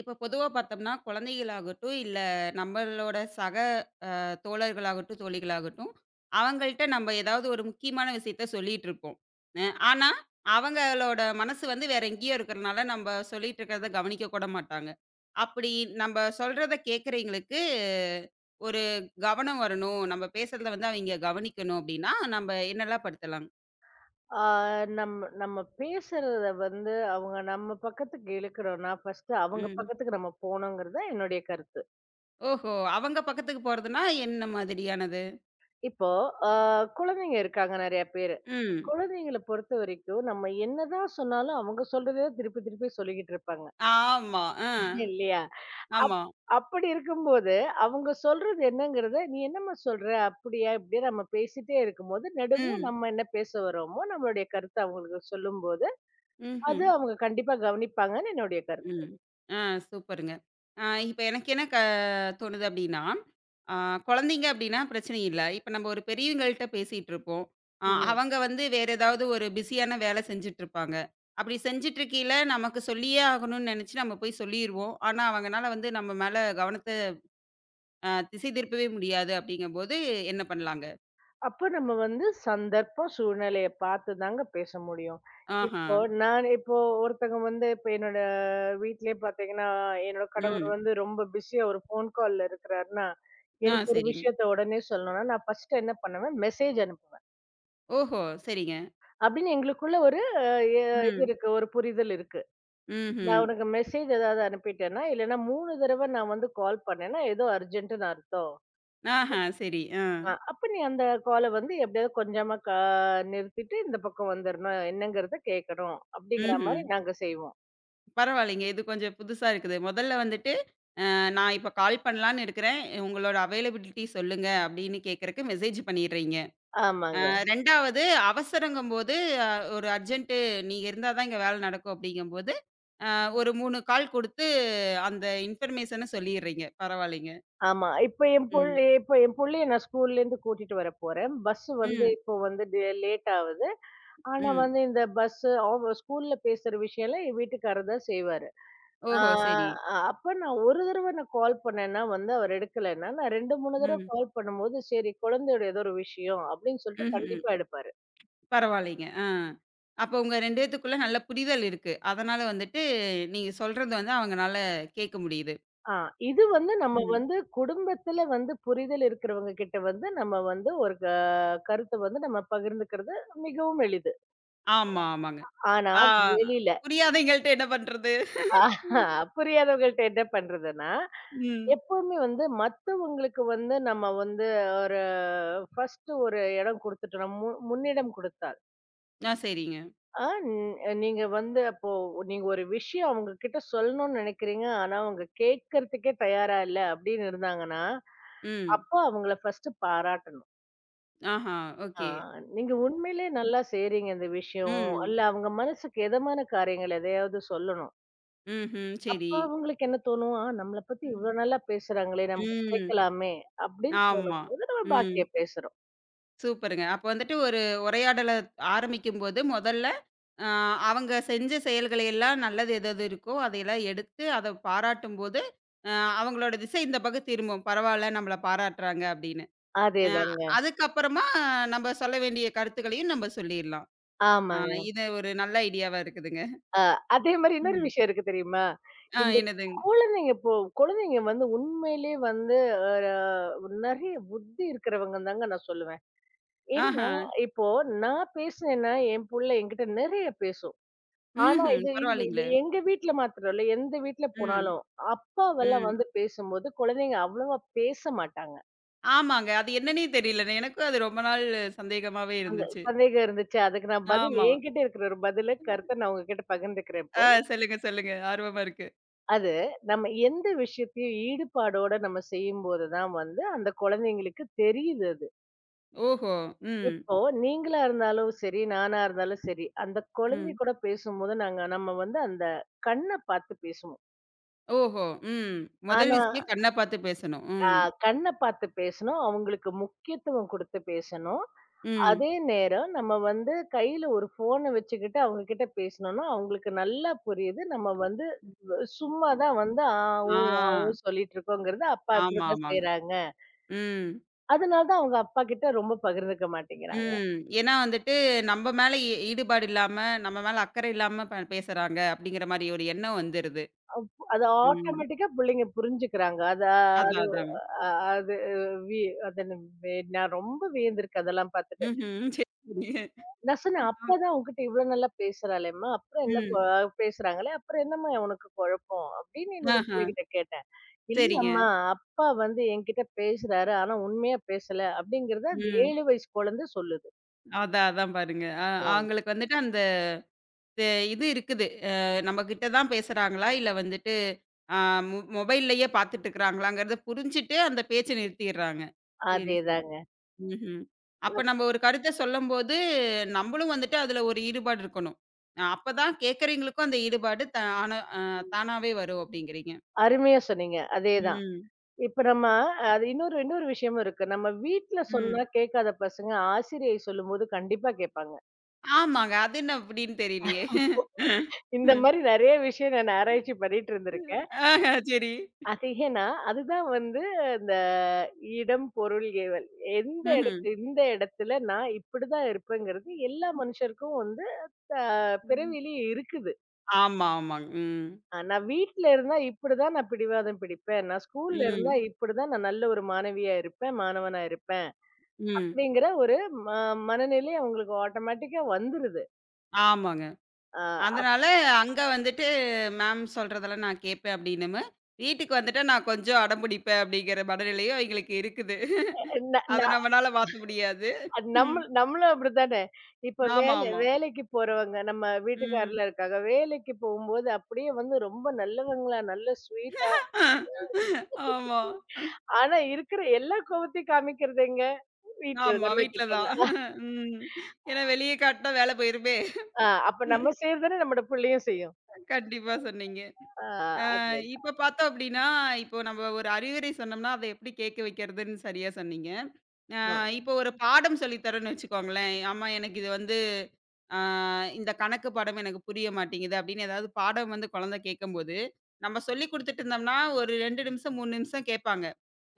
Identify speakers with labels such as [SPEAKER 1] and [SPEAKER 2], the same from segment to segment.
[SPEAKER 1] இப்ப பொதுவா பார்த்தோம்னா, குழந்தைகளாகட்டும், இல்ல நம்மளோட சக தோழர்களாகட்டும், தோழிகளாகட்டும், அவங்கள்ட்ட நம்ம ஏதாவது ஒரு முக்கியமான விஷயத்த சொல்லிட்டு இருப்போம். ஆனா, அவங்களோட மனசு வந்து வேற எங்கேயோ இருக்கிறனால, நம்ம சொல்லிட்டு இருக்கிறத கவனிக்க கூட மாட்டாங்க. அப்படி நம்ம சொல்றத கேட்கிறவைங்களுக்கு ஒரு கவனம் வரணும். நம்ம பேசுறத வந்து அவைங்க கவனிக்கணும் அப்படின்னா, நம்ம என்னெல்லாம் படுத்தலாம்?
[SPEAKER 2] ஆ, நம்ம நம்ம பேசுறத வந்து அவங்க நம்ம பக்கத்துக்கு இழுக்கிறோம்னா ஃபர்ஸ்ட் அவங்க
[SPEAKER 1] ம்.
[SPEAKER 2] பக்கத்துக்கு நம்ம போகணுங்கிறது தான் என்னுடைய கருத்து.
[SPEAKER 1] ஓஹோ! அவங்க பக்கத்துக்கு போறதுன்னா என்ன மாதிரியானது?
[SPEAKER 2] இப்போ ஆ, குழந்தைங்க இருக்காங்க நிறைய பேரு.
[SPEAKER 1] ம்.
[SPEAKER 2] குழந்தைங்கள பொறுத்த வரைக்கும் நம்ம என்னதான் சொன்னாலும் அவங்க சொல்றதே திருப்பி திருப்பி சொல்லிக்கிட்டு இருப்பாங்க.
[SPEAKER 1] ஆமா.
[SPEAKER 2] இல்லையா? அப்
[SPEAKER 1] ஆமா.
[SPEAKER 2] அப்படி இருக்கும்போது அவங்க சொல்றது என்னங்கிறத நீ என்னம்மா சொல்ற? அப்படியா? இப்படியா? நம்ம பேசிட்டே இருக்கும்போது நடுவுல
[SPEAKER 1] ம்.
[SPEAKER 2] நம்ம என்ன பேச வரோமோ நம்மளுடைய கருத்தை அவங்களுக்கு சொல்லும்போது அது
[SPEAKER 1] ம்ஹ்ம்.
[SPEAKER 2] அவங்க கண்டிப்பா கவனிப்பாங்கன்னு என்னுடைய கருத்து.
[SPEAKER 1] ம். ஆ சூப்பருங்க. ஆ இப்ப எனக்கு என்ன தோணுது அப்டின்னா, ஆ குழந்தைங்க அப்டின்னா பிரச்சனை இல்ல. இப்ப நம்ம ஒரு பெரியவங்கள்ட்ட பேசிட்டுருப்போம்.
[SPEAKER 2] ம்.
[SPEAKER 1] அவங்க வந்து வேற ஏதாவது ஒரு பிஸியான வேல செஞ்சுட்டுருப்பாங்க. அப்டி செஞ்சுட்டுருக்கையில நமக்கு சொல்லியே ஆகணும்னு நெனச்சு நம்ம போய் சொல்லிருவோம். ஆனா அவங்கனால வந்து நம்ம மேல கவனத்த திசை திருப்பவே முடியாது அப்டிங்கும்போது என்ன பண்ணலாங்க?
[SPEAKER 2] அப்ப நம்ம வந்து சந்தர்ப்பம், சூழ்நிலைய பார்த்து தாங்க பேச முடியும்.
[SPEAKER 1] ஆஹா.
[SPEAKER 2] இப்போ நான் இப்போ ஒருத்தங்க வந்து இப்ப என்னோட வீட்லயே பார்த்தீங்கன்னா, என்னோட கணவர்
[SPEAKER 1] ம்.
[SPEAKER 2] வந்து ரொம்ப பிஸியா ஒரு ஃபோன் கால்ல இருக்கிறாருன்னா,
[SPEAKER 1] ஆ
[SPEAKER 2] எனக்கு ஒரு
[SPEAKER 1] சரிங்க.
[SPEAKER 2] விஷயத்த உடனே சொல்லணும்னா, நான் ஃபர்ஸ்ட் என்ன பண்ணுவேன், மெசேஜ் அனுப்புவேன்.
[SPEAKER 1] ஓஹோ! சரிங்க.
[SPEAKER 2] அப்படின்னு எங்களுக்குள்ள ஒரு அ எ இது
[SPEAKER 1] ம்.
[SPEAKER 2] இருக்கு, ஒரு புரிதல் இருக்கு.
[SPEAKER 1] ம்ஹ்ம்.
[SPEAKER 2] நான் ம். உனக்கு மெசேஜ் ஏதாவது அனுப்பிட்டேன்னா, இல்லைன்னா 3 தடவ நான் வந்து கால் பண்ணேன்னா, ஏதோ அர்ஜென்ட்டுன்னு அர்த்தம்.
[SPEAKER 1] ஆஹா சரி. ஆ.
[SPEAKER 2] அப்ப நீ அந்த கால வந்து எப்படியாவது கொஞ்சமா நிறுத்திட்டு, இந்த பக்கம் வந்துரணும். என்னங்கிறத கேட்கணும். அப்படிங்கிற
[SPEAKER 1] ம்ஹ்ம்.
[SPEAKER 2] மாரி நாங்க செய்வோம்.
[SPEAKER 1] பரவாயில்லைங்க. இது கொஞ்சம் புதுசா இருக்குது. முதல்ல வந்துட்டு, நான் இப்ப கால் பண்ணலான்னு இருக்கிறேன். உங்களோட அவைலபிலிட்டி சொல்லுங்க அப்படின்னு கேட்கறக்கு மெசேஜ் பண்ணிடுறீங்க.
[SPEAKER 2] ஆமாங்க.
[SPEAKER 1] 2வது அவசரங்கும்போது அ ஒரு அர்ஜென்ட் நீங்க இருந்தா தான் இங்க வேலை நடக்கும் அப்படிங்கும்போது, அ ஒரு 3 கால் குடுத்து அந்த இன்ஃபர்மேஷன சொல்லிடுறீங்க. பரவாயில்லைங்க.
[SPEAKER 2] ஆமா. இப்ப என்
[SPEAKER 1] ம்.
[SPEAKER 2] புள்ளை இப்ப என் புள்ளைய நான் ஸ்கூல்லேருந்து கூட்டிட்டு வர போறேன். பஸ் வந்து
[SPEAKER 1] ம்.
[SPEAKER 2] இப்போ வந்து டே லேட் ஆவுது. ஆனா
[SPEAKER 1] ம்.
[SPEAKER 2] வந்து இந்த பஸ் அவங்க ஸ்கூல்ல பேசுற விஷயம்லாம் என் வீட்டுக்காரர் தான் செய்வாரு. ஆ
[SPEAKER 1] ஓஹோ! சரி.
[SPEAKER 2] அப்ப நான் ஒரு தடவ கால் பண்ணேன்னா வந்து அவர் எடுக்கலைன்னா, நான் 2, 3 தடவ
[SPEAKER 1] ம்.
[SPEAKER 2] கால் பண்ணும்போது, சரி குழந்தையோட ஏதோ ஒரு விஷயம் அப்படின்னு சொல்லிட்டு
[SPEAKER 1] ம்ஹ்ம்.
[SPEAKER 2] கண்டிப்பா எடுப்பாரு.
[SPEAKER 1] பரவாயில்லைங்க. ஆ. அப்ப உங்க 2 பேத்துக்குள்ள நல்ல புரிதல் இருக்கு. அதனால வந்துட்டு நீங்க சொல்றது வந்து அவங்கனால கேட்க முடியுது.
[SPEAKER 2] ஆ, இது வந்து நம்ம
[SPEAKER 1] ம்.
[SPEAKER 2] வந்து குடும்பத்துல வந்து புரிதல் இருக்கிறவங்க கிட்ட வந்து நம்ம வந்து ஒரு கருத்த வந்து நம்ம பகிர்ந்துக்கிறது மிகவும் எளிது.
[SPEAKER 1] ஆமா, ஆமாங்க.
[SPEAKER 2] ஆனா
[SPEAKER 1] ஆ
[SPEAKER 2] வெளியில
[SPEAKER 1] புரியாதவைங்கள்ட்ட என்ன பண்றது?
[SPEAKER 2] ஆ புரியாதவங்கள்ட்ட என்ன பண்றதுன்னா,
[SPEAKER 1] ம்.
[SPEAKER 2] எப்பவுமே வந்து மத்தவங்களுக்கு வந்து நம்ம வந்து ஒரு ஃபர்ஸ்ட் ஒரு இடம் குடுத்துட்டோம்னா, முன்னிடம் குடுத்தால்,
[SPEAKER 1] ஆ சரிங்க.
[SPEAKER 2] நீங்க வந்து அப்போ நீங்க ஒரு விஷயம் அவங்க கிட்ட சொல்லணும்னு நெனைக்கிறீங்க. ஆனா அவங்க கேட்கறதுக்கே தயாரா இல்ல அப்படின்னு இருந்தாங்கன்னா,
[SPEAKER 1] ம்.
[SPEAKER 2] அப்போ அவங்கள ஃபர்ஸ்ட் பாராட்டணும்.
[SPEAKER 1] ஆஹா!
[SPEAKER 2] ஆ,
[SPEAKER 1] ஓகே.
[SPEAKER 2] நீங்க உண்மையிலே நல்லா செய்றீங்க இந்த விஷயம்.
[SPEAKER 1] ம்.
[SPEAKER 2] அல்ல அவங்க மனசுக்கு எதமான காரியங்கள் எதையாவது சொல்லணும்.
[SPEAKER 1] ம்ஹ்ம்.
[SPEAKER 2] அப்ப
[SPEAKER 1] சரி.
[SPEAKER 2] அவங்களுக்கு என்ன தோணும்? "ஆ நம்மள பத்தி
[SPEAKER 1] ம்.
[SPEAKER 2] இவ்ளோ நல்லா பேசுறாங்களே! நம்ம
[SPEAKER 1] ம்.
[SPEAKER 2] கேட்கலாமே!" அப்படின்னு
[SPEAKER 1] ஆமா.
[SPEAKER 2] தோணும்போது நம்ம
[SPEAKER 1] ம்.
[SPEAKER 2] பாக்கிய பேசுறோம்.
[SPEAKER 1] சூப்பருங்க. அப்ப வந்துட்டு ஒரு உரையாடல ஆரம்பிக்கும்போது முதல்ல அ அவங்க செஞ்ச செயல்களை எல்லாம் நல்லது எது எது இருக்கோ, அதையெல்லாம் எடுத்து அத பாராட்டும்போது, அ அவங்களோட திசை இந்த பக்கம் திரும்பும். பரவால்ல நம்மள பாராட்டுறாங்க அப்படின்னு. அ
[SPEAKER 2] அதேதாங்க.
[SPEAKER 1] அதுக்கப்புறமா நம்ம சொல்ல வேண்டிய கருத்துக்களையும் நம்ம சொல்லிர்லாம். ஆ
[SPEAKER 2] ஆமாங்க.
[SPEAKER 1] இது ஒரு நல்ல ஐடியாவா இருக்குதுங்க.
[SPEAKER 2] அ அதே மாரி இன்னொரு
[SPEAKER 1] ம்.
[SPEAKER 2] விஷயம் இருக்கு தெரியுமா? இந்த
[SPEAKER 1] என்னதுங்க?
[SPEAKER 2] குழந்தைங்க இப்போ குழந்தைங்க வந்து உண்மையிலே வந்து ஒரு நெறைய புத்தி இருக்கிறவங்கன்னு தாங்க நான் சொல்லுவேன்.
[SPEAKER 1] ஆஹா.
[SPEAKER 2] ஏன்னா, இப்போ நான் பேசினேன்னா, என் புள்ள என்கிட்ட நெறைய பேசும். ஆனா
[SPEAKER 1] ம்ஹ்ம்.
[SPEAKER 2] இது இது இது
[SPEAKER 1] பரவாயில்லைங்களே!
[SPEAKER 2] எங்க வீட்ல மாத்திரம் இல்ல. எந்த வீட்ல
[SPEAKER 1] ம்.
[SPEAKER 2] போனாலும், அப்பாவெல்லாம்
[SPEAKER 1] ம்.
[SPEAKER 2] வந்து பேசும்போது குழந்தைங்க அவ்வளவா பேச மாட்டாங்க.
[SPEAKER 1] ஆமாங்க. அது என்னன்னே தெரியலங்க. எனக்கும் அது ரொம்ப நாள் சந்தேகமாவே
[SPEAKER 2] அந்த
[SPEAKER 1] இருந்துச்சு.
[SPEAKER 2] சந்தேகம் இருந்துச்சு. அதுக்கு நான் பதில்
[SPEAKER 1] ஆமா.
[SPEAKER 2] என்கிட்ட இருக்கிற ஒரு பதில, கருத்த நான் உங்ககிட்ட பகிர்ந்துக்கிறேன்
[SPEAKER 1] ஆ
[SPEAKER 2] இப்போ.
[SPEAKER 1] சொல்லுங்க, சொல்லுங்க. ஆர்வமா இருக்கு.
[SPEAKER 2] அது நம்ம எந்த விஷயத்தையும் ஈடுபாடோட நம்ம செய்யும்போது தான் வந்து, அந்த குழந்தைங்களுக்கு தெரியுது அது.
[SPEAKER 1] ஓஹோ! ம்.
[SPEAKER 2] இப்போ நீங்களா இருந்தாலும் சரி, நானா இருந்தாலும் சரி, அந்த குழந்தை
[SPEAKER 1] ம்.
[SPEAKER 2] கூட பேசும்போது நாங்க நம்ம வந்து அந்த கண்ண பார்த்து பேசுவோம்.
[SPEAKER 1] ஓஹோ! ம். முதல்
[SPEAKER 2] ஆனா
[SPEAKER 1] விஷயம் கண்ண பார்த்து பேசணும்.
[SPEAKER 2] ஆ
[SPEAKER 1] ம்.
[SPEAKER 2] கண்ண பார்த்து பேசணும். அவங்களுக்கு முக்கியத்துவம் குடுத்து பேசணும்.
[SPEAKER 1] ம்.
[SPEAKER 2] அதே நேரம் நம்ம வந்து கையில ஒரு ஃபோன வச்சுக்கிட்டு அவங்க கிட்ட பேசினோம்னா, அவங்களுக்கு நல்லா புரியுது. நம்ம வந்து சும்மா தான் வந்து ஆ, ஊ,
[SPEAKER 1] ஆ.
[SPEAKER 2] ஆ, ஊ சொல்லிட்டு இருக்கோங்கிறது அப்பா
[SPEAKER 1] ஆமா,
[SPEAKER 2] இப்படிதான்
[SPEAKER 1] ஆமாங்க.
[SPEAKER 2] செய்றாங்க.
[SPEAKER 1] ம்.
[SPEAKER 2] அதனால தான் அவங்க அப்பா கிட்ட ரொம்ப பகிர்ந்துக்க மாட்டேங்கிறாங்க.
[SPEAKER 1] ம். ஏன்னா வந்துட்டு நம்ம மேல ஈடுபாடு இல்லாம, நம்ம மேல அக்கறை இல்லாம பேசுறாங்க அப்படிங்கிற மாரி ஒரு எண்ணம் வந்துருது.
[SPEAKER 2] அது
[SPEAKER 1] ம்.
[SPEAKER 2] ஆட்டோமேட்டிக்கா புள்ளைங்க புரிஞ்சுக்கிறாங்க. அது
[SPEAKER 1] அதான்,
[SPEAKER 2] அது
[SPEAKER 1] அதாங்க.
[SPEAKER 2] அ அது வி அது என்ன, வே- நான் ரொம்ப வியந்திருக்கு அதெல்லாம் பார்த்துட்டு.
[SPEAKER 1] ம்ஹ்ம். சரி, சரிங்க.
[SPEAKER 2] நான் சொன்னேன்,
[SPEAKER 1] ஆம்.
[SPEAKER 2] "அப்பதான் உன்கிட்ட இவ்ளோ நல்லா பேசுறாளேம்மா! அப்புறம் என்ன
[SPEAKER 1] ம்.
[SPEAKER 2] கொ பேசுறாங்களே! அப்புறம் என்னம்மா உனக்கு குழப்பம்?" அப்படின்னு என்னோட
[SPEAKER 1] ஆஹா.
[SPEAKER 2] பிள்ளைகிட்ட கேட்டேன். "இல்ல
[SPEAKER 1] சரிங்க.
[SPEAKER 2] அம்மா, அப்பா வந்து என்கிட்ட பேசுறாரு. ஆனா உண்மையா பேசல" அப்படிங்கிறத அந்த
[SPEAKER 1] ம்.
[SPEAKER 2] 7 வயசு குழந்தை சொல்லுது.
[SPEAKER 1] அதான், அதான் பாருங்க.
[SPEAKER 2] ஆ.
[SPEAKER 1] அவங்களுக்கு வந்துட்டு அந்த தே இது இருக்குது. நம்மகிட்ட தான் பேசுறாங்களா? இல்ல வந்துட்டு அ மொ மொபைல்லயே பாத்துட்டுருக்காங்களாங்கிறத புரிஞ்சுட்டு அந்த பேச்ச நிறுத்திர்றாங்க. சரி, சரி.
[SPEAKER 2] அதேதாங்க.
[SPEAKER 1] ம்ஹ்ம். அப்ப நம்ம ஒரு கருத்த சொல்லும்போது, நம்மளும் வந்துட்டு அதுல ஒரு ஈடுபாடு இருக்கணும். அப்பதான் கேட்கறவங்களுக்கும் அந்த ஈடுபாடு த ஆன அ தானாவே வரும் அப்படிங்கிறீங்க.
[SPEAKER 2] அருமையா சொன்னீங்க. அதேதான்.
[SPEAKER 1] ம்.
[SPEAKER 2] இப்ப நம்ம அது இன்னொரு இன்னொரு விஷயமும் இருக்கு. நம்ம வீட்ல
[SPEAKER 1] ம்.
[SPEAKER 2] சொன்னா கேட்காத பசங்க ஆசிரியை சொல்லும்போது கண்டிப்பா கேட்பாங்க.
[SPEAKER 1] ஆமாங்க. அது என்ன அப்படின்னு தெரியலையே!
[SPEAKER 2] இந்த மாரி நெறைய விஷயம் நான் ஆராய்ச்சி பண்ணிட்டு இருந்திருக்கேன்.
[SPEAKER 1] ஆஹ சரி.
[SPEAKER 2] அது ஏன்னா, அதுதான் வந்து இடம், பொருள், ஏவல். எந்த
[SPEAKER 1] ம்ஹ்ம்.
[SPEAKER 2] இடத்து இந்த இடத்துல நான் இப்படிதான் இருப்பேங்கிறது எல்லா மனுஷருக்கும் வந்து அ
[SPEAKER 1] ம்.
[SPEAKER 2] பிறவியிலயும் இருக்குது.
[SPEAKER 1] ஆமா, ஆமாங்க. ம்.
[SPEAKER 2] ஆனா வீட்ல இருந்தா இப்படிதான் நான் பிடிவாதம் பிடிப்பேன். நான் ஸ்கூல்ல இருந்தா
[SPEAKER 1] ம்.
[SPEAKER 2] இப்படிதான் நான் நல்ல ஒரு மாணவியா இருப்பேன், மாணவனா இருப்பேன்.
[SPEAKER 1] ம்.
[SPEAKER 2] அப்படிங்கிற ஒரு ம மனநிலை அவங்களுக்கு ஆட்டோமேட்டிக்கா வந்துருது.
[SPEAKER 1] ஆமாங்க.
[SPEAKER 2] அ அப்ப
[SPEAKER 1] அதனால அங்க வந்துட்டு மேம் சொல்றதெல்லாம் நான் கேட்பேன் அப்படின்னு. வீட்டுக்கு வந்துட்டா நான் கொஞ்சம் அடம்பிடிப்பேன் அப்படிங்கிற மனநிலையும் எங்களுக்கு இருக்குது.
[SPEAKER 2] ந ந
[SPEAKER 1] அத நம்மனால மாத்த முடியாது. ம்.
[SPEAKER 2] நம்மளும் அப்படித்தானே. இப்ப
[SPEAKER 1] ஆமா,
[SPEAKER 2] வேலை
[SPEAKER 1] ஆமா.
[SPEAKER 2] வேலைக்கு போறவங்க நம்ம
[SPEAKER 1] ம்.
[SPEAKER 2] வீட்டுக்காரர்லாம் இருக்காங்க. வேலைக்கு போகும்போது அப்படியே வந்து ரொம்ப நல்லவங்களா, நல்ல ஸ்வீட்.
[SPEAKER 1] ஆமா.
[SPEAKER 2] ஆனா இருக்கிற எல்லா கோவத்தையும் காமிக்கிறது எங்க? வீட்ல
[SPEAKER 1] ஆமா.
[SPEAKER 2] நம்ம
[SPEAKER 1] வீட்ல
[SPEAKER 2] கிட்ட
[SPEAKER 1] தான்.
[SPEAKER 2] தான்.
[SPEAKER 1] ம். ஏன்னா வெளிய காட்டுனா வேல போயிருமே!
[SPEAKER 2] அப்ப நம்ம செய்றது தானே நம்மோட புள்ளையும் செய்யும்.
[SPEAKER 1] கண்டிப்பா சொன்னீங்க.
[SPEAKER 2] ஆ அது.
[SPEAKER 1] இப்ப பார்த்தோம் அப்படின்னா, இப்போ நம்ம ஒரு அறிவுரை சொன்னோம்னா, அத எப்படி கேட்க வைக்கிறதுன்னு சரியா சொன்னீங்க. அ
[SPEAKER 2] ம்.
[SPEAKER 1] இப்போ ஒரு பாடம் சொல்லி தரோம்ன்னு வச்சுக்கோங்களேன். "அம்மா எனக்கு இது வந்து அ இந்த கணக்கு பாடம் எனக்கு புரிய மாட்டேங்குது." அப்படின்னு ஏதாவது பாடம் வந்து குழந்தை கேட்கும்போது, நம்ம சொல்லிக் குடுத்துட்டு இருந்தோம்னா, ஒரு 2 நிமிஷம், 3 நிமிஷம் கேட்பாங்க.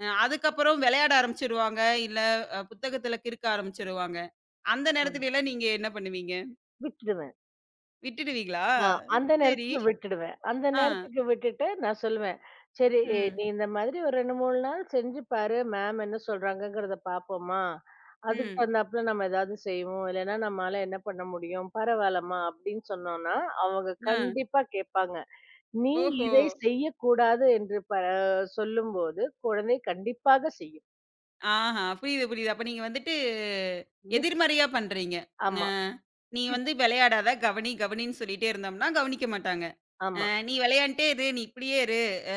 [SPEAKER 1] அதுக்கப்புறம் விளையாட ஆரம்பிச்சுருவாங்க, இல்ல புத்தகத்துல கிறுக்க ஆரம்பிச்சுருவாங்க. அந்த
[SPEAKER 2] ஆமா.
[SPEAKER 1] நேரத்துலலாம் நீங்க என்ன பண்ணுவீங்க?
[SPEAKER 2] விட்டுடுவேன்.
[SPEAKER 1] விட்டுடுவீங்களா?
[SPEAKER 2] ஆ அந்த
[SPEAKER 1] சரி.
[SPEAKER 2] நேரத்துக்கு விட்டுடுவேன். அந்த
[SPEAKER 1] ஆ.
[SPEAKER 2] நேரத்துக்கு விட்டுட்டு நான் சொல்லுவேன், "சரி ஏய்,
[SPEAKER 1] ம்.
[SPEAKER 2] நீ இந்த மாதிரி ஒரு 2, 3 நாள் செஞ்சு பாரு. மேம் என்ன சொல்றாங்கங்கிறத பார்ப்போம்மா. அதுக்கு
[SPEAKER 1] ம்.
[SPEAKER 2] தகுந்தாப்புல நம்ம ஏதாவது செய்வோம். இல்லைன்னா நம்மால என்ன பண்ண முடியும்? பரவாயில்லம்மா" அப்படின்னு சொன்னோம்னா, அவங்க
[SPEAKER 1] ஆ.
[SPEAKER 2] கண்டிப்பா கேட்பாங்க. நீ
[SPEAKER 1] ஓஹோ!
[SPEAKER 2] இதை செய்யக்கூடாது என்று சொல்லும்போது, குழந்தை கண்டிப்பாக செய்யும்.
[SPEAKER 1] ஆஹா! புரியுது, புரியுது. அப்ப நீங்க வந்துட்டு
[SPEAKER 2] விட்
[SPEAKER 1] எதிர்மறையா பண்றீங்க. அ
[SPEAKER 2] ஆமா,
[SPEAKER 1] நீ
[SPEAKER 2] விட்
[SPEAKER 1] வந்து விளையாடாத, கவனி, கவனின்னு சொல்லிட்டே இருந்தோம்னா, கவனிக்க மாட்டாங்க. அ
[SPEAKER 2] ஆமா.
[SPEAKER 1] நீ விளையாண்ட்டே இரு, நீ இப்படியே இரு, அ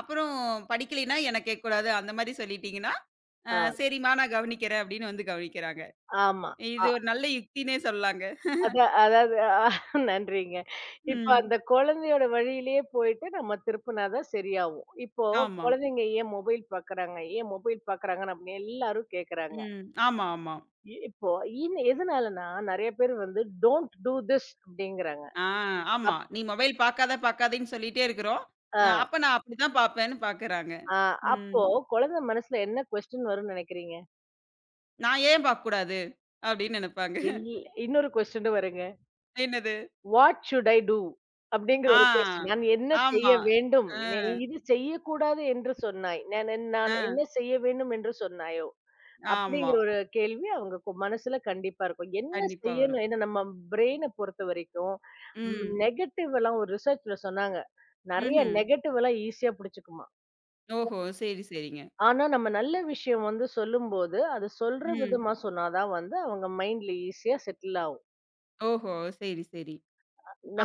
[SPEAKER 1] அப்புறம் படிக்கலைன்னா என்ன கேட்கக்கூடாது, அந்த மாரி சொல்லிட்டீங்கன்னா, அ
[SPEAKER 2] ஆ,
[SPEAKER 1] சரிம்மா நான் கவனிக்கிறேன் அப்படின்னு வந்து கவனிக்கிறாங்க.
[SPEAKER 2] ஆமா.
[SPEAKER 1] இது
[SPEAKER 2] அ
[SPEAKER 1] ஒரு நல்ல யுக்தின்னே சொல்லலாங்க.
[SPEAKER 2] அதா அதாவது அ நன்றிங்க. இப்ப
[SPEAKER 1] ம்.
[SPEAKER 2] அந்த குழந்தையோட வழியிலேயே போயிட்டு நம்ம திருப்புனா தான் சரியாவும். இப்போ
[SPEAKER 1] ஆமா.
[SPEAKER 2] குழந்தைங்க ஏன் மொபைல் பாக்குறாங்க? ஏன் மொபைல் பாக்குறாங்கன்னு அப்படின்னு எல்லாரும் கேக்குறாங்க.
[SPEAKER 1] ம். ஆமா, ஆமா.
[SPEAKER 2] இ இப்போ இன் எதனாலன்னா, நெறைய பேர் வந்து டோன்ட் டூ திஸ் அப்படிங்கிறாங்க.
[SPEAKER 1] ஆ ஆமா.
[SPEAKER 2] அப்
[SPEAKER 1] நீ மொபைல் பார்க்காத, பார்க்காதேன்னு சொல்லிட்டே இருக்கிறோம்.
[SPEAKER 2] அ,
[SPEAKER 1] அப்ப நான் அப்படிதான் பார்ப்பேன்னு பார்க்கறாங்க.
[SPEAKER 2] ஆ
[SPEAKER 1] ம்.
[SPEAKER 2] அப்போ குழந்தை மனசுல என்ன கொஸ்டின் வரும்னு நெனைக்கிறீங்க?
[SPEAKER 1] நான் ஏன் பார்க்கக்கூடாது? அப்படின்னு நெனைப்பாங்க.
[SPEAKER 2] இல் இன்னொரு கொஸ்டின் வருங்க.
[SPEAKER 1] என்னது?
[SPEAKER 2] "What should I do?" அப்படிங்கிற
[SPEAKER 1] ஆ.
[SPEAKER 2] ஒரு கொஸ்டின். நான் என்ன செய்ய
[SPEAKER 1] ஆமா.
[SPEAKER 2] வேண்டும்?
[SPEAKER 1] அ,
[SPEAKER 2] நீ இது செய்யக்கூடாது என்று சொன்னாய். நான்
[SPEAKER 1] அ.
[SPEAKER 2] என்ன செய்ய வேண்டும் என்று சொன்னாயோ?
[SPEAKER 1] ஆமா.
[SPEAKER 2] அப்படிங்கிற ஒரு கேள்வி அவங்க மனசுல கண்டிப்பா இருக்கும். என்ன
[SPEAKER 1] கண்டிப்பா வரும்.
[SPEAKER 2] செய்யணும்? ஏன்னா நம்ம பிரெயின பொறுத்தவரைக்கும்,
[SPEAKER 1] ம்.
[SPEAKER 2] நெகட்டிவ் எல்லாம் ஒரு ரிசர்ச்ல சொன்னாங்க. நெறைய
[SPEAKER 1] ம்ஹ்ம்.
[SPEAKER 2] நெகட்டிவ் எல்லாம் ஈஸியா புடிச்சுக்குமாம்.
[SPEAKER 1] ஓஹோ! சரி, சரிங்க.
[SPEAKER 2] ஆனா நம்ம நல்ல விஷயம் வந்து சொல்லும்போது, அது சொல்ற
[SPEAKER 1] ம்.
[SPEAKER 2] விதமா சொன்னா தான் வந்து அவங்க மைண்ட்ல ஈஸியா செட்டில் ஆகும்.
[SPEAKER 1] ஓஹோ! சரி, சரி.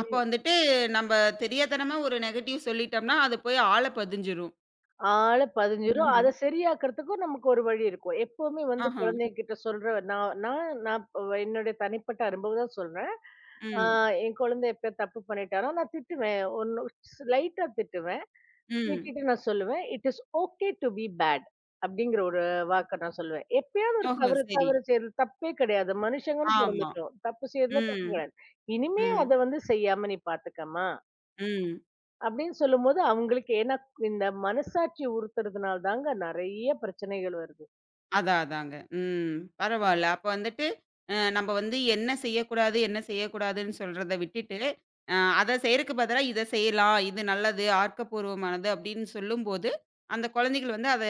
[SPEAKER 1] அப்ப வந்துட்டு நம்ப தெரியாத்தனமா ஒரு நெகட்டிவ் சொல்லிட்டோம்னா, அது போய் ஆழ பதிஞ்சிரும்.
[SPEAKER 2] ஆள பதிஞ்சிரும். அத
[SPEAKER 1] ம்ஹ்ம்.
[SPEAKER 2] சரியாக்குறதுக்கும் நமக்கு ஒரு வழி இருக்கும். எப்பவுமே வந்து
[SPEAKER 1] ஆஹா.
[SPEAKER 2] குழந்தைகிட்ட சொல்ற நான் நான் நான் இப்ப என்னுடைய தனிப்பட்ட அனுபவம் தான் சொல்றேன். ஆ
[SPEAKER 1] ம்.
[SPEAKER 2] என் குழந்தை எப்ப தப்பு பண்ணிட்டானா, நான் திட்டுவேன். ஒண்ணு லைட்டா திட்டுவேன்.
[SPEAKER 1] ம்.
[SPEAKER 2] திட்டிட்டு நான் சொல்லுவேன், "it is okay to be bad" அப்படிங்கிற ஒரு வாக்க நான் சொல்லுவேன். எப்பயாவது ஒரு
[SPEAKER 1] ஓஹோ!
[SPEAKER 2] தவறு
[SPEAKER 1] சரி.
[SPEAKER 2] தவறு செய்றது தப்பே கிடையாது. மனுஷங்கன்னு
[SPEAKER 1] ஆமா.
[SPEAKER 2] பொறந்துட்டோம். தப்பு செய்றதுல தப்பு
[SPEAKER 1] ம்.
[SPEAKER 2] கிடையாது. இனிமே
[SPEAKER 1] ம்.
[SPEAKER 2] அத வந்து செய்யாம நீ பார்த்துக்கம்மா.
[SPEAKER 1] ம்.
[SPEAKER 2] அப்படின்னு சொல்லும்போது அவங்களுக்கு ஏன்னா இந்த மனசாட்சி உறுத்துறதுனால தாங்க நெறைய பிரச்சனைகள் வருது.
[SPEAKER 1] அதான், அதாங்க. ம். பரவால்ல. அப்ப வந்துட்டு, நம்ப வந்து என்ன செய்யக்கூடாது, என்ன செய்யக்கூடாதுன்னு சொல்றத விட்டுட்டு, அ அத செய்றக்கு பதிலா இத செய்யலாம். இது நல்லது, ஆக்கப்பூர்வமானது அப்படின்னு சொல்லும்போது, அந்த குழந்தைகள் வந்து அத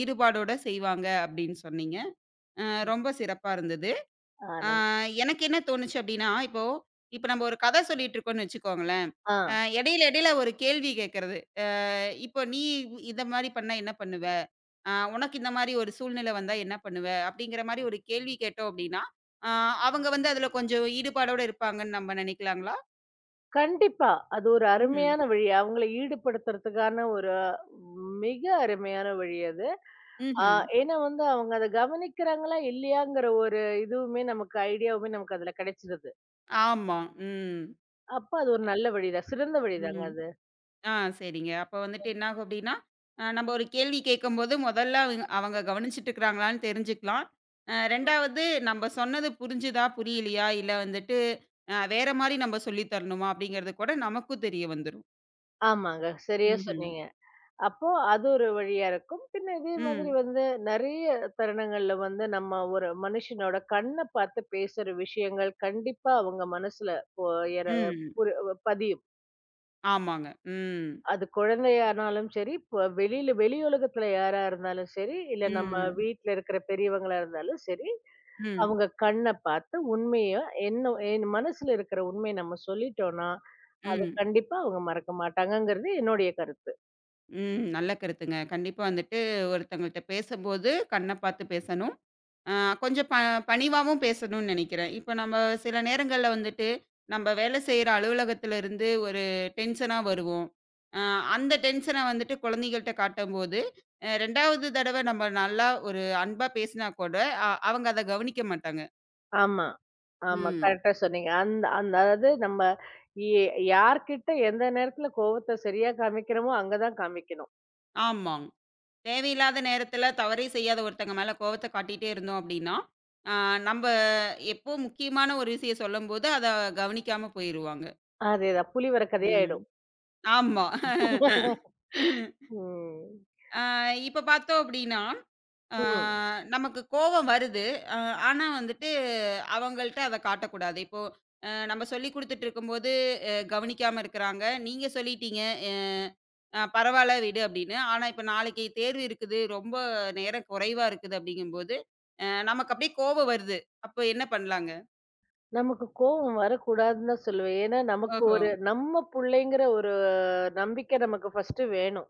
[SPEAKER 1] ஈடுபாடோட செய்வாங்க அப்படின்னு சொன்னீங்க. அ
[SPEAKER 2] ம்.
[SPEAKER 1] ரொம்ப சிறப்பா இருந்தது. அ
[SPEAKER 2] ஆனா
[SPEAKER 1] எனக்கு என்ன தோணுச்சு அப்படின்னா, இப்போ இப்ப நம்ப ஒரு கதை சொல்லிட்டு இருக்கோம்ன்னு வச்சுக்கோங்களேன்.
[SPEAKER 2] ஆ
[SPEAKER 1] அ இடையில இடையில ஒரு கேள்வி கேட்கறது. அ இப்போ நீ இந்த மாரி பண்ணா என்ன பண்ணுவ? "உனக்கு இந்த மாரி ஒரு சூழ்நிலை வந்தா என்ன பண்ணுவ?" அப்படிங்கிற மாரி ஒரு கேள்வி கேட்டோம் அப்படின்னா, அ அவங்க வந்து அதுல கொஞ்சம் ஈடுபாடோட இருப்பாங்கன்னு நம்ம நினைக்கலாங்களா?
[SPEAKER 2] கண்டிப்பா. அது ஒரு
[SPEAKER 1] ம்ஹ்ம்.
[SPEAKER 2] அருமையான வழி. அவங்கள ஈடுபடுத்துறதுக்கான ஒரு மிக அருமையான வழி அது. ஆ
[SPEAKER 1] ம்ஹ்ம்.
[SPEAKER 2] ஏன்னா வந்து அவங்க அத கவனிக்கிறாங்களா இல்லையாங்கிற ஒரு இதுவுமே நமக்கு ஐடியாவுமே நமக்கு அதுல கிடைச்சிருது.
[SPEAKER 1] ஆமா. ம்.
[SPEAKER 2] அப்ப அது ஒரு நல்ல வழிதான். சிறந்த வழிதாங்க
[SPEAKER 1] ம்.
[SPEAKER 2] அது.
[SPEAKER 1] ஆ சரிங்க. அப்ப வந்துட்டு என்னாகும் அப்படின்னா, நம்ம ஒரு கேள்வி கேட்கும்போது முதல்ல அவங்க அவங்க கவனிச்சுட்டு இருக்கிறாங்களான்னு தெரிஞ்சுக்கலாம். 2வது நம்ம சொன்னது புரிஞ்சுதா, புரியலையா, இல்ல வந்துட்டு வேற மாரி நம்ம சொல்லி தரணுமா அப்படிங்கிறது கூட நமக்கும் தெரிய வந்துரும்.
[SPEAKER 2] ஆமாங்க. சரியா
[SPEAKER 1] ம்ஹ்ம்.
[SPEAKER 2] சொன்னீங்க. அப்போ அது ஒரு வழியா இருக்கும். பின்ன இதே மாதிரி
[SPEAKER 1] ம்.
[SPEAKER 2] வந்து நெறைய தருணங்கள்ல வந்து நம்ம ஒரு மனுஷனோட கண்ண பார்த்து பேசுற விஷயங்கள் கண்டிப்பா அவங்க மனசுல போ எற
[SPEAKER 1] ம்.
[SPEAKER 2] புரு பதியும்.
[SPEAKER 1] ஆமாங்க. ம்.
[SPEAKER 2] அது குழந்தையானாலும் சரி, இப்ப வெளி உலகத்துல யாரா இருந்தாலும் சரி, இல்ல நம்ம
[SPEAKER 1] ம்.
[SPEAKER 2] வீட்ல இருக்கிற பெரியவங்களா இருந்தாலும் சரி,
[SPEAKER 1] ம்.
[SPEAKER 2] அவங்க கண்ண பார்த்து உண்மைய என்ன என் மனசுல இருக்கிற உண்மைய நம்ம சொல்லிட்டோம்னா, அத
[SPEAKER 1] ம்.
[SPEAKER 2] கண்டிப்பா அவங்க மறக்க மாட்டாங்கங்கிறது என்னுடைய கருத்து.
[SPEAKER 1] ம். நல்ல கருத்துங்க. கண்டிப்பா வந்துட்டு ஒருத்தவங்கள்ட்ட பேசும்போது கண்ண பார்த்து பேசணும். ஆ கொஞ்சம் பணிவாவும் பேசணும்னு நெனைக்கிறேன். இப்ப நம்ம சில நேரங்கள்ல வந்துட்டு, நம்ம வேலை செய்ற அலுவலகத்துல இருந்து ஒரு டென்ஷனா வருவோம். அ அந்த டென்ஷன வந்துட்டு குழந்தைகள்ட்ட காட்டும்போது, 2வது தடவ நம்ம நல்லா ஒரு அன்பா பேசினா கூட, அவங்க அத கவனிக்க மாட்டாங்க.
[SPEAKER 2] ஆமா. ஆமா.
[SPEAKER 1] ம்.
[SPEAKER 2] கரெக்ட்டா சொன்னீங்க. அந்த அந்த அதாவது நம்ம எ யார்கிட்ட எந்த நேரத்துல கோவத்த சரியா காமிக்கிறோமோ, அங்க தான் காமிக்கணும்.
[SPEAKER 1] ஆமாங். தேவையில்லாத நேரத்துல தவறே செய்யாத ஒருத்தங்க மேல கோவத்த காட்டிட்டே இருந்தோம் அப்படின்னா, ஆ நம்ப எப்போ முக்கியமான ஒரு விஷயம் சொல்லும்போது அத கவனிக்காம போயிருவாங்க.
[SPEAKER 2] அதேதான். புலிவர
[SPEAKER 1] ம்.
[SPEAKER 2] கதையாயிடும்.
[SPEAKER 1] ஆமா.
[SPEAKER 2] ம்.
[SPEAKER 1] ஆ இப்ப பார்த்தோம் அப்படின்னா ஆ
[SPEAKER 2] ம்.
[SPEAKER 1] நமக்கு கோவம் வருது. அ ஆனா வந்துட்டு அவங்கள்ட்ட அத காட்டக்கூடாது. இப்போ நம்ம சொல்லிக் குடுத்துட்டு இருக்கும்போது கவனிக்காம இருக்கிறாங்க. நீங்க சொல்லிட்டீங்க, "அ அ பரவால்ல விடு" அப்படின்னு. ஆனா இப்ப நாளைக்கு தேர்வு இருக்குது, ரொம்ப நேரம் குறைவா இருக்குது அப்படிங்கும்போது, நமக்கு அப்படியே கோபம் வருது. அப்போ என்ன பண்ணலாங்க?
[SPEAKER 2] நமக்கு கோவம் வரக்கூடாதுன்னு தான் சொல்லுவேன். ஏன்னா, நமக்கு
[SPEAKER 1] ஓஹோ!
[SPEAKER 2] ஒரு நம்ம புள்ளைங்கிற ஒரு நம்பிக்கை நமக்கு ஃபர்ஸ்ட்டு வேணும்.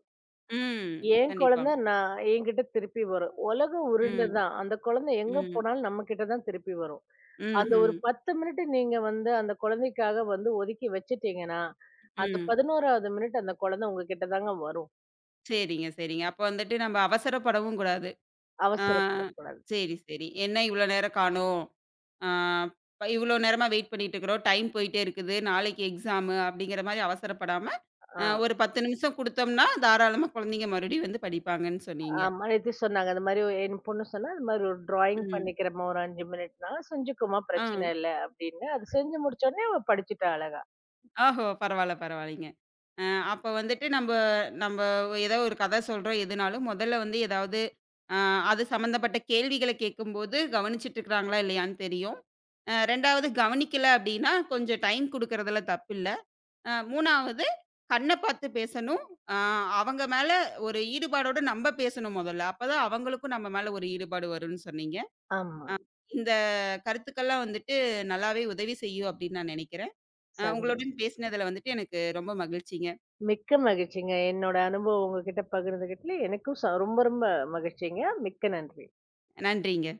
[SPEAKER 1] ம்.
[SPEAKER 2] என் குழந்தை
[SPEAKER 1] கண்டிப்பாங்க.
[SPEAKER 2] நான் என்கிட்ட திருப்பி வரும். உலகம் உருண்டை
[SPEAKER 1] ம்.
[SPEAKER 2] தான். அந்த குழந்தை எங்க
[SPEAKER 1] ம்.
[SPEAKER 2] போனாலும் நம்மகிட்ட தான் திருப்பி வரும். அந்த
[SPEAKER 1] ம்ஹ்ம்.
[SPEAKER 2] ஒரு
[SPEAKER 1] ம்.
[SPEAKER 2] 10 மினிட் நீங்க வந்து அந்த குழந்தைக்காக வந்து ஒதுக்கி வச்சுட்டீங்கன்னா, அந்த
[SPEAKER 1] ம்
[SPEAKER 2] 11வது மினிட் அந்த குழந்தை உங்ககிட்ட தாங்க வரும்.
[SPEAKER 1] சரிங்க, சரிங்க. அப்ப வந்துட்டு நம்ம அவசரப்படவும் கூடாது. ஆ.
[SPEAKER 2] அவசரப்படக்கூடாது.
[SPEAKER 1] சரி, சரி. என்ன இவ்ளோ நேரம் காணோம்? ஆ ப இவ்ளோ நேரமா வெயிட் பண்ணிட்டு இருக்கிறோம். டைம் போயிட்டே இருக்குது. நாளைக்கு எக்ஸாமு அப்படிங்கிற மாரி அவசரப்படாம,
[SPEAKER 2] ஆ
[SPEAKER 1] ஒரு 10 நிமிஷம் குடுத்தோம்னா, தாராளமா குழந்தைங்க மறுபடியும் வந்து படிப்பாங்கன்னு சொன்னீங்க.
[SPEAKER 2] ஆமா நேத்து சொன்னாங்க. அந்த மாரி என் பொண்ணு சொன்னா, "இந்த மாரி ஒரு டிராயிங்
[SPEAKER 1] ம்.
[SPEAKER 2] பண்ணிக்கிறம்மா ஒரு 5 மினிட்னா, செஞ்சுக்கோமா
[SPEAKER 1] ஆ.
[SPEAKER 2] பிரச்சனை இல்ல" அப்படின்னு. அது செஞ்சு முடிச்சோனே அவ படிச்சுட்டா அழகா.
[SPEAKER 1] ஓஹோ! பரவால்ல, பரவால்லைங்க. அ அப்ப வந்துட்டு நம்ப நம்ப ஏதோ ஒரு கதை சொல்றோம் எதுனாலும், முதல்ல வந்து ஏதாவது அ அது சம்மந்தப்பட்ட கேள்விகள கேட்கும்போது, கவனிச்சுட்டு இருக்கிறாங்களா இல்லையான்னு தெரியும். 2வது கவனிக்கல அப்படின்னா, கொஞ்சம் டைம் குடுக்கறதுல தப்பில்ல. 3வது கண்ண பார்த்து பேசணும். அ அவங்க மேல ஒரு ஈடுபாடோட நம்ப பேசணும் மொதல்ல. அப்பதான் அவங்களுக்கும் நம்ம மேல ஒரு ஈடுபாடு வரும்னு சொன்னீங்க.
[SPEAKER 2] ஆமா.
[SPEAKER 1] அ இந்த கருத்துக்கள்லாம் வந்துட்டு நல்லாவே உதவி செய்யும் அப்படின்னு நான் நெனைக்கிறேன். உங்களுடன்
[SPEAKER 2] சந்தோஷம்.
[SPEAKER 1] பேசினதுல வந்துட்டு எனக்கு ரொம்ப மகிழ்ச்சிங்க.
[SPEAKER 2] மிக்க மகிழ்ச்சிங்க. என்னோட அனுபவம் உங்ககிட்ட பகிர்ந்துகிட்டதுல எனக்கும் ரொம்ப ரொம்ப மகிழ்ச்சிங்க. மிக்க நன்றி.
[SPEAKER 1] நன்றிங்க.